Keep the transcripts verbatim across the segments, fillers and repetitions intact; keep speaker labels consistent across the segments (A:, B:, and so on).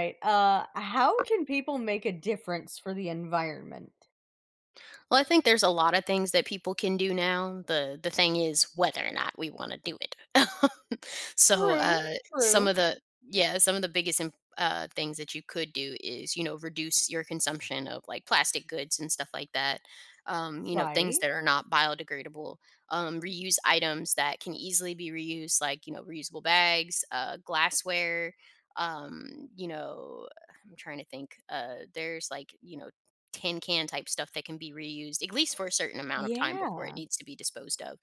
A: Right. Uh, how can people make a difference for the environment?
B: Well, I think there's a lot of things that people can do now. The the thing is whether or not we want to do it. So,
A: True,
B: uh, some
A: true.
B: of the yeah, some of the biggest imp- uh, things that you could do is you know reduce your consumption of like plastic goods and stuff like that. Um, you know things
A: Right.
B: that are not biodegradable. Um, reuse items that can easily be reused, like you know reusable bags, uh, glassware. Um, you know, I'm trying to think. Uh, there's like you know tin can type stuff that can be reused at least for a certain amount of time before it
A: Yeah.
B: needs to be disposed of.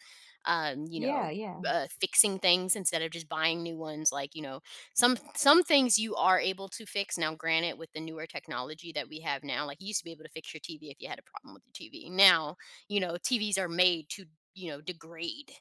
B: Um, you
A: Yeah.
B: know,
A: Yeah.
B: uh, Fixing things instead of just buying new ones. Like you know, some some things you are able to fix now. Granted, with the newer technology that we have now, like you used to be able to fix your T V if you had a problem with the T V. Now, you know, T Vs are made to you know degrade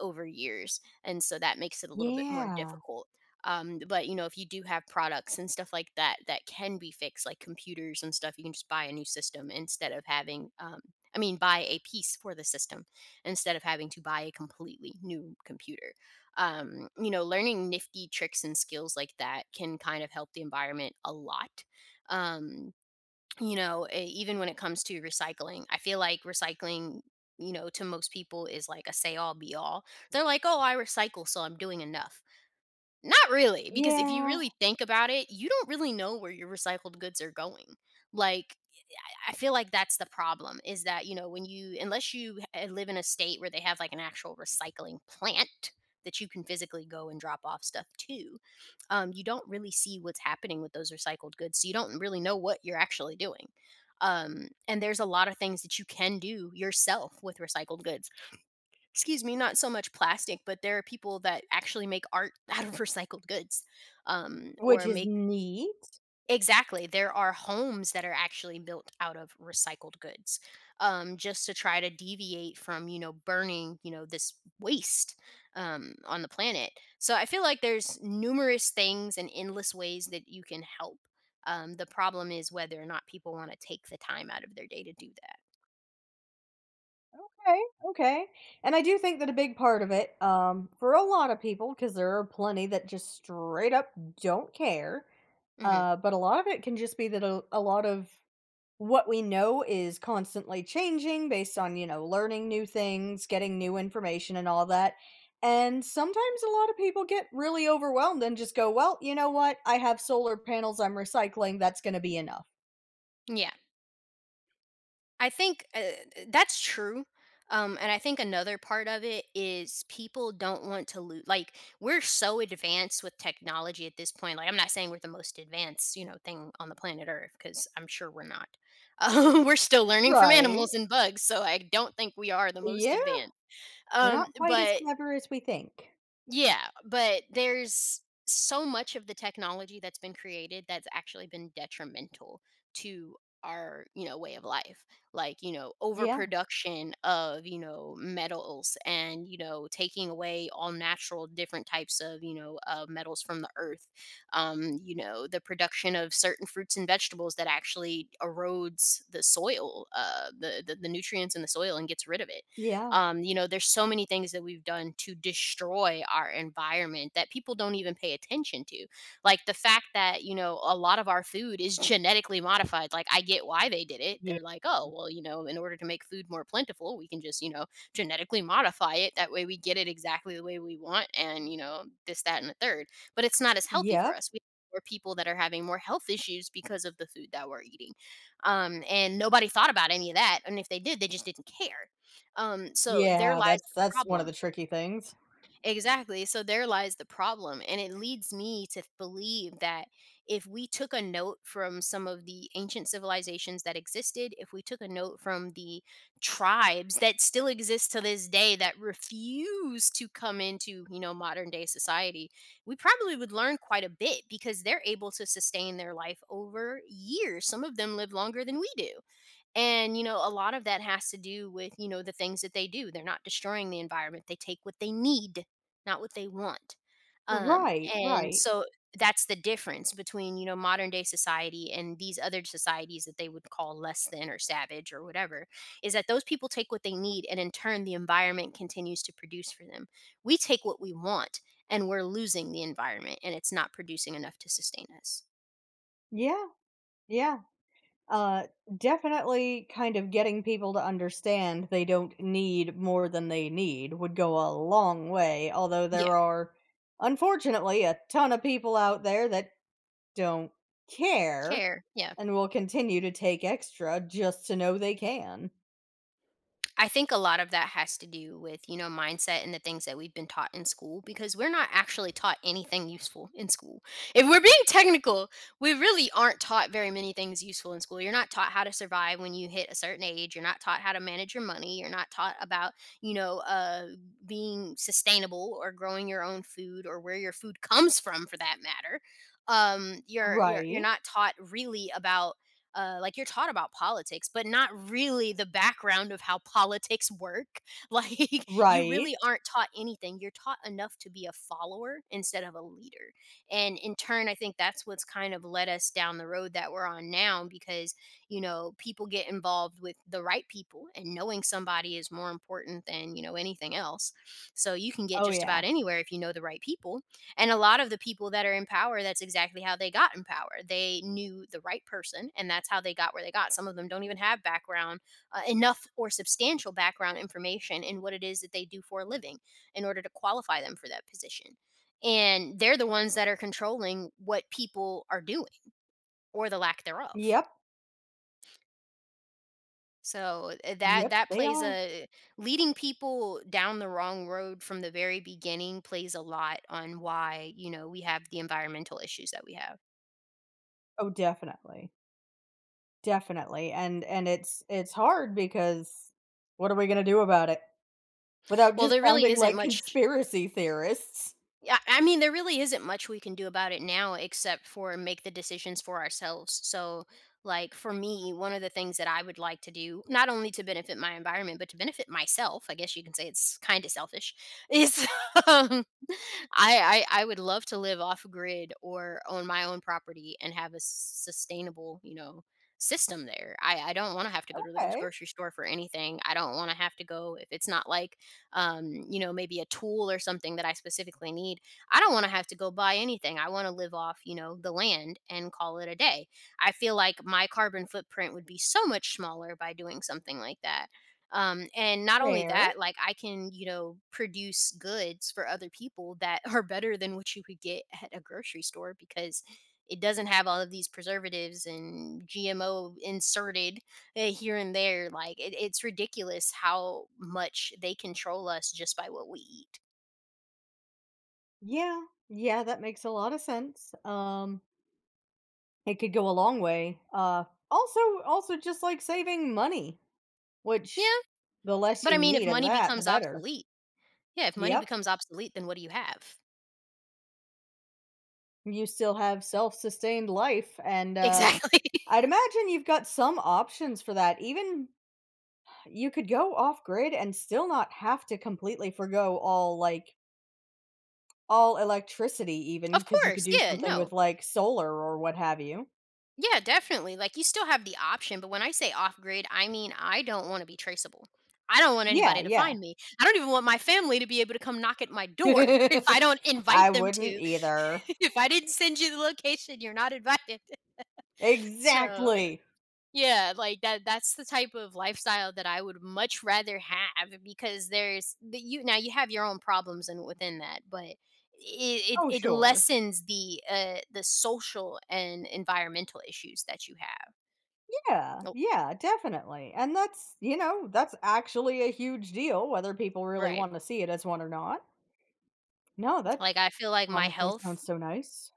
B: over years, and so that makes it a little bit more
A: Yeah.
B: difficult, um but you know if you do have products and stuff like that that can be fixed like computers and stuff, you can just buy a new system instead of having um i mean buy a piece for the system instead of having to buy a completely new computer. Um you know, learning nifty tricks and skills like that can kind of help the environment a lot. um you know, e- even when it comes to recycling, I feel like recycling, you know, to most people is like a say all be all. They're like, "Oh, I recycle, so I'm doing enough." Not really, because if you
A: Yeah.
B: really think about it, you don't really know where your recycled goods are going. Like, I I feel like that's the problem, is that, you know, when you, unless you h- eh, live in a state where they have like an actual recycling plant that you can physically go and drop off stuff to, um, you don't really see what's happening with those recycled goods. So you don't really know what you're actually doing. Um, and there's a lot of things that you can do yourself with recycled goods. Excuse me, not so much plastic, but there are people that actually make art out of recycled goods, um,
A: Which
B: or
A: is
B: make
A: neat.
B: exactly. There are homes that are actually built out of recycled goods, um, just to try to deviate from you know burning you know this waste um, on the planet. So I feel like there's numerous things and endless ways that you can help. Um, the problem is whether or not people want to take the time out of their day to do
A: Okay. Okay. And I do think that a big part of it, um, for a lot of people, because there are plenty that just straight up don't care.
B: that. hmm
A: Uh, but a lot of it can just be that a, a lot of what we know is constantly changing based on, you know, learning new things, getting new information and all that. And sometimes a lot of people get really overwhelmed and just go, "Well, you know what? I have solar panels, I'm recycling. That's gonna be enough."
B: Yeah. I think uh, that's true. Um, and I think another part of it is people don't want to lose. Like we're so advanced with technology at this point. Like I'm not saying we're the most advanced, you know, thing on the planet Earth, because I'm sure we're not. Uh, we're still learning from
A: Right.
B: animals and bugs, so I don't think we are the most
A: Yeah.
B: advanced.
A: We're
B: Um,
A: not quite as
B: but
A: clever as we think.
B: yeah, but there's so much of the technology that's been created that's actually been detrimental to our, you know, way of life. Like, you know,
A: Yeah.
B: overproduction of, you know, metals and, you know, taking away all natural different types of, you know, uh, metals from the earth. Um, you know, the production of certain fruits and vegetables that actually erodes the soil, uh, the, the the nutrients in the soil and gets rid of it.
A: Yeah.
B: Um, you know, there's so many things that we've done to destroy our environment that people don't even pay attention to. Like the fact that, you know, a lot of our food is genetically modified. Like I get why they did it.
A: Yeah.
B: They're like, "Oh, well, you know, in order to make food more plentiful, we can just, you know, genetically modify it. That way we get it exactly the way we want, and, you know, this that and the third." But it's not as healthy
A: Yeah.
B: for us. We or people that are having more health issues because of the food that we're eating, um, and nobody thought about any of that. And if they did, they just didn't care. Um, so there
A: Yeah,
B: lies
A: that's
B: the
A: that's one of
B: problem.
A: the tricky things.
B: Exactly. So there lies the problem. And it leads me to believe that if we took a note from some of the ancient civilizations that existed, if we took a note from the tribes that still exist to this day that refuse to come into, you know, modern day society, we probably would learn quite a bit, because they're able to sustain their life over years. Some of them live longer than we do. And, you know, a lot of that has to do with, you know, the things that they do. They're not destroying the environment. They take what they need, not what they want. Um,
A: Right,
B: and
A: right.
B: so that's the difference between, you know, modern day society and these other societies that they would call less than or savage or whatever, is that those people take what they need, and in turn the environment continues to produce for them. We take what we want, and we're losing the environment, and it's not producing enough to sustain us.
A: Yeah. Yeah. Uh, definitely kind of getting people to understand they don't need more than they need would go a long way, although
B: Yeah.
A: there are unfortunately a ton of people out there that don't care
B: Care. Yeah.
A: and will continue to take extra just to know they can.
B: I think a lot of that has to do with, you know, mindset and the things that we've been taught in school, because we're not actually taught anything useful in school. If we're being technical, we really aren't taught very many things useful in school. You're not taught how to survive when you hit a certain age. You're not taught how to manage your money. You're not taught about, you know, uh, being sustainable or growing your own food or where your food comes from for that matter. Um, you're, you're, you're
A: Right.
B: not taught really about uh, like you're taught about politics, but not really the background of how politics work. Like you really
A: Right.
B: aren't taught anything. You're taught enough to be a follower instead of a leader. And in turn, I think that's what's kind of led us down the road that we're on now, because, you know, people get involved with the right people, and knowing somebody is more important than, you know, anything else. So you can get
A: Oh
B: just
A: yeah.
B: about anywhere if you know the right people, and a lot of the people that are in power, that's exactly how they got in power. They knew the right person, and that's how they got where they got. Some of them don't even have background, uh, enough or substantial background information in what it is that they do for a living in order to qualify them for that position. And they're the ones that are controlling what people are doing, or the lack thereof.
A: Yep.
B: So uh, that
A: Yep,
B: that
A: they
B: plays
A: are.
B: a leading people down the wrong road from the very beginning plays a lot on why, you know, we have the environmental issues that we have.
A: Oh, definitely. Definitely. And and it's it's hard because what are we going to do about it? Without
B: Well,
A: just
B: there really
A: sounding
B: isn't
A: like
B: much
A: conspiracy theorists.
B: yeah, I mean, there really isn't much we can do about it now except for make the decisions for ourselves. So, like, for me, one of the things that I would like to do, not only to benefit my environment, but to benefit myself, I guess you can say it's kind of selfish, is um, I, I I would love to live off grid or own my own property and have a sustainable, you know, system there. I, I don't want to have to go to the
A: Okay,
B: grocery store for anything. I don't want to have to go if it's not like um, you know, maybe a tool or something that I specifically need. I don't want to have to go buy anything. I want to live off, you know, the land and call it a day. I feel like my carbon footprint would be so much smaller by doing something like that. Um, and not only
A: fair.
B: that, like I can, you know, produce goods for other people that are better than what you could get at a grocery store, because it doesn't have all of these preservatives and G M O inserted eh, here and there. Like it, it's ridiculous how much they control us just by what we eat.
A: Yeah, yeah, that makes a lot of sense. Um, it could go a long way. Uh, also, also just like saving money, which,
B: Yeah,
A: the less
B: but I
A: you
B: mean, if
A: need of
B: money
A: that, the
B: becomes
A: better.
B: obsolete, yeah, if money
A: Yep,
B: becomes obsolete, then what do you have?
A: you still have self-sustained life, and uh,
B: Exactly.
A: I'd imagine you've got some options for that. Even you could go off grid and still not have to completely forgo all, like, all electricity even,
B: Of
A: because you could
B: course.
A: do
B: Yeah.
A: something with,
B: No.
A: like, solar or what have you.
B: Yeah, definitely. Like you still have the option, but when I say off grid, I mean I don't want to be traceable. I don't want
A: Yeah,
B: anybody to
A: yeah.
B: find me. I don't even want my family to be able to come knock at my door if I don't invite
A: I
B: them
A: wouldn't
B: to.
A: either.
B: If I didn't send you the location, you're not invited. So
A: Exactly.
B: Yeah, like that that's the type of lifestyle that I would much rather have because there's the you now you have your own problems and within that, but it, it
A: Oh,
B: it
A: sure.
B: lessens the uh the social and environmental issues that you have.
A: Yeah,
B: Oh,
A: yeah, definitely, and that's, you know, that's actually a huge deal whether people really
B: right.
A: wanna see it as one or not. No, that's
B: Like I feel like my
A: honestly,
B: health.
A: sounds so nice.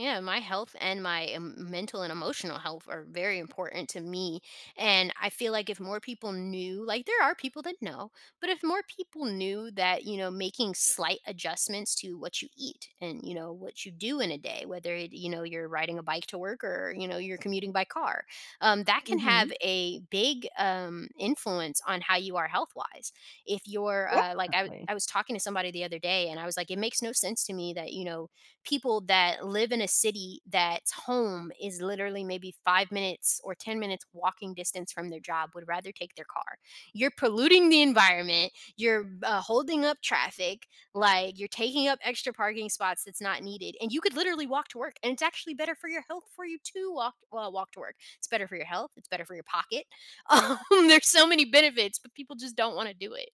B: Yeah, my health and my em- mental and emotional health are very important to me. And I feel like if more people knew, like there are people that know, but if more people knew that, you know, making slight adjustments to what you eat and, you know, what you do in a day, whether it, you know, you're riding a bike to work or, you know, you're commuting by car, um, that can
A: Mhm.
B: have a big um, influence on how you are health wise. If you're uh, like, I
A: Definitely.
B: I was talking to somebody the other day and I was like, it makes no sense to me that, you know, people that live in a city that's home is literally maybe five minutes or ten minutes walking distance from their job would rather take their car. You're polluting the environment. You're uh, holding up traffic. Like you're taking up extra parking spots that's not needed. And you could literally walk to work. And it's actually better for your health for you to walk, well, walk to work. It's better for your health. It's better for your pocket. Um, there's so many benefits, but people just don't want to do it.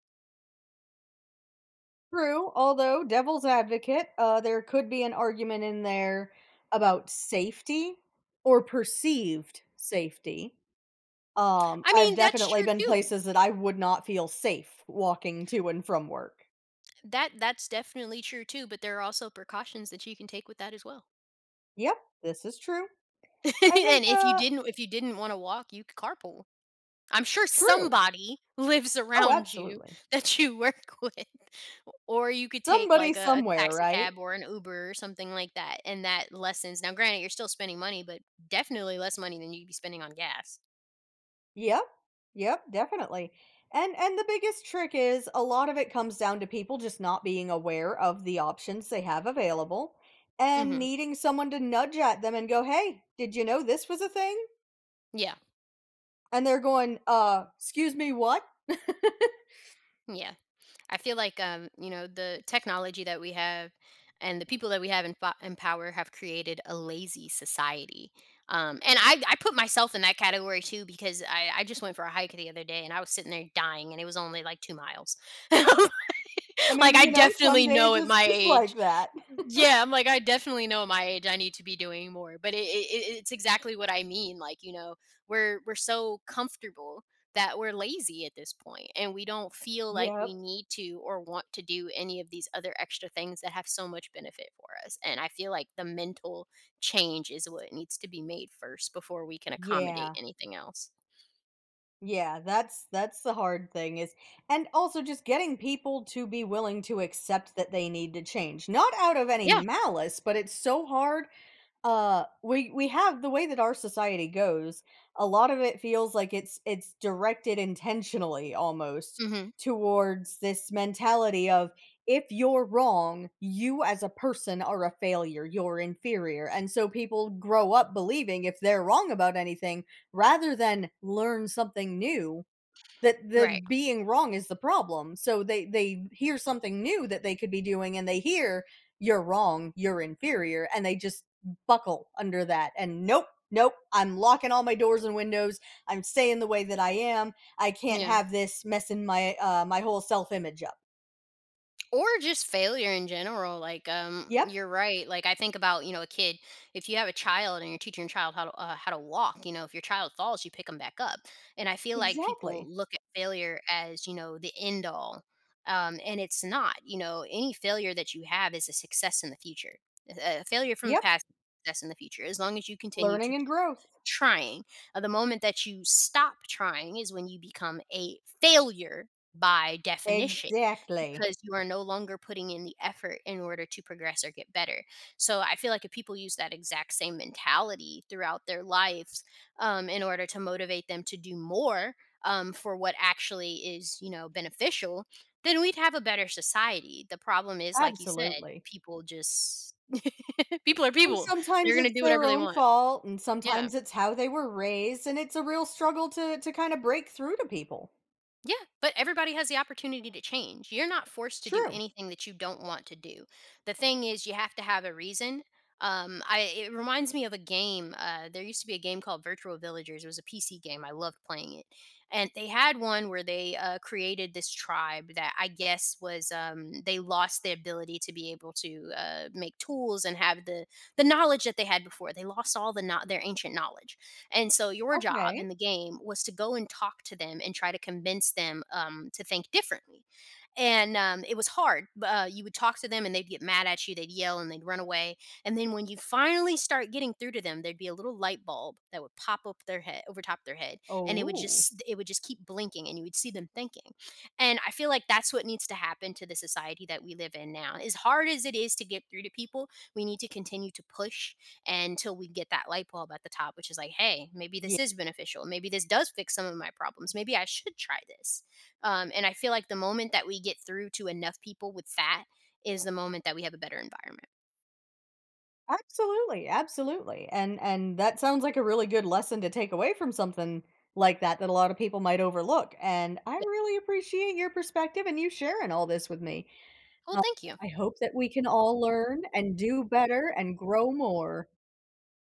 A: True, although devil's advocate, uh, there could be an argument in there about safety or perceived safety. Um,
B: I
A: I've
B: mean, that's
A: definitely
B: true
A: been
B: too.
A: places that I would not feel safe walking to and from work.
B: That that's definitely true too, but there are also precautions that you can take with that as well.
A: Yep, this is true. I think,
B: And if you
A: uh,
B: didn't if you didn't want to walk, you could carpool. I'm sure
A: true.
B: somebody lives
A: Oh,
B: around you
A: absolutely.
B: that you work with. Or you could take
A: Somebody
B: like a, a
A: somewhere,
B: taxi
A: right?
B: cab or an Uber or something like that. And that lessens. Now, granted, you're still spending money, but definitely less money than you'd be spending on gas.
A: Yep. Yep, definitely. And and the biggest trick is a lot of it comes down to people just not being aware of the options they have available and
B: Hmm.
A: needing someone to nudge at them and go, "Hey, did you know this was a thing?"
B: Yeah.
A: And they're going, "Uh, excuse me, what?"
B: Yeah. I feel like um, you know the technology that we have and the people that we have in, fo- in power have created a lazy society. Um, and I, I put myself in that category too because I, I just went for a hike the other day and I was sitting there dying and it was only like two miles.
A: I
B: Like,
A: mean,
B: I
A: you know, some
B: definitely
A: days
B: know at
A: it's
B: my
A: just like
B: age.
A: that.
B: Yeah, I'm like, I definitely know at my age I need to be doing more, but it it it it's exactly what I mean, like, you know, we're we're so comfortable that we're lazy at this point, and we don't feel like we
A: Yep.
B: need to or want to do any of these other extra things that have so much benefit for us, and I feel like the mental change is what needs to be made first before we can accommodate
A: Yeah.
B: anything else.
A: Yeah, that's that's the hard thing is, and also just getting people to be willing to accept that they need to change. Not out of any
B: Yeah.
A: malice, but it's so hard. Uh, we we have the way that our society goes, a lot of it feels like it's it's directed intentionally almost
B: Mhm.
A: towards this mentality of, if you're wrong, you as a person are a failure, you're inferior. And so people grow up believing if they're wrong about anything, rather than learn something new, that the
B: Right.
A: being wrong is the problem. So they they hear something new that they could be doing and they hear you're wrong, you're inferior, and they just buckle under that and nope, nope, I'm locking all my doors and windows. I'm staying the way that I am. I can't
B: Yeah.
A: have this messing my uh my whole self-image up.
B: Or just failure in general, like, um
A: Yep,
B: you're right. Like I think about, you know a kid, if you have a child and you're teaching your child how to uh, how to walk, you know if your child falls, you pick them back up. And I feel like people
A: exactly.
B: look at failure as, you know the end all. Um and it's not, you know any failure that you have is a success in the future. A a failure from the
A: Yep,
B: past is a success in the future as long as you continue to
A: learning and growth.
B: trying. Uh, the moment that you stop trying is when you become a failure by definition,
A: Exactly.
B: because you are no longer putting in the effort in order to progress or get better. So I feel like if people use that exact same mentality throughout their lives, um, in order to motivate them to do more, um, for what actually is, you know, beneficial, then we'd have a better society. The problem is, like you said,
A: Absolutely.
B: people just people are
A: And
B: people.
A: sometimes
B: They're gonna
A: it's
B: do
A: their
B: whatever they
A: own
B: want.
A: fault, and
B: Yeah.
A: sometimes it's how they were raised, and it's a real struggle to to kinda break through to people.
B: Yeah, but everybody has the opportunity to change. You're not forced to do
A: True.
B: anything that you don't want to do. The thing is, you have to have a reason. Um, I it reminds me of a game. Uh, there used to be a game called Virtual Villagers. It was a P C game. I loved playing it, and they had one where they uh, created this tribe that I guess was um, they lost the ability to be able to uh, make tools and have the the knowledge that they had before. They lost all the not their ancient knowledge. And so your job
A: Okay.
B: in the game was to go and talk to them and try to convince them, um, to think differently, and um, it was hard. Uh, you would talk to them, and they'd get mad at you. They'd yell, and they'd run away. And then when you finally start getting through to them, there'd be a little light bulb that would pop up their head, over top their head, and it would
A: Oh,
B: just it would just keep blinking, and you would see them thinking. And I feel like that's what needs to happen to the society that we live in now. As hard as it is to get through to people, we need to continue to push until we get that light bulb at the top, which is like, hey, maybe
A: yeah.
B: this is beneficial. Maybe this does fix some of my problems. Maybe I should try this. Um, and I feel like the moment that we get through to enough people with that is the moment that we have a better environment.
A: Absolutely, absolutely, and and that sounds like a really good lesson to take away from something like that, that a lot of people might overlook, and I
B: Yeah.
A: really appreciate your perspective and you sharing all this with me.
B: Well,
A: Um,
B: thank you.
A: I hope that we can all learn and do better and grow more.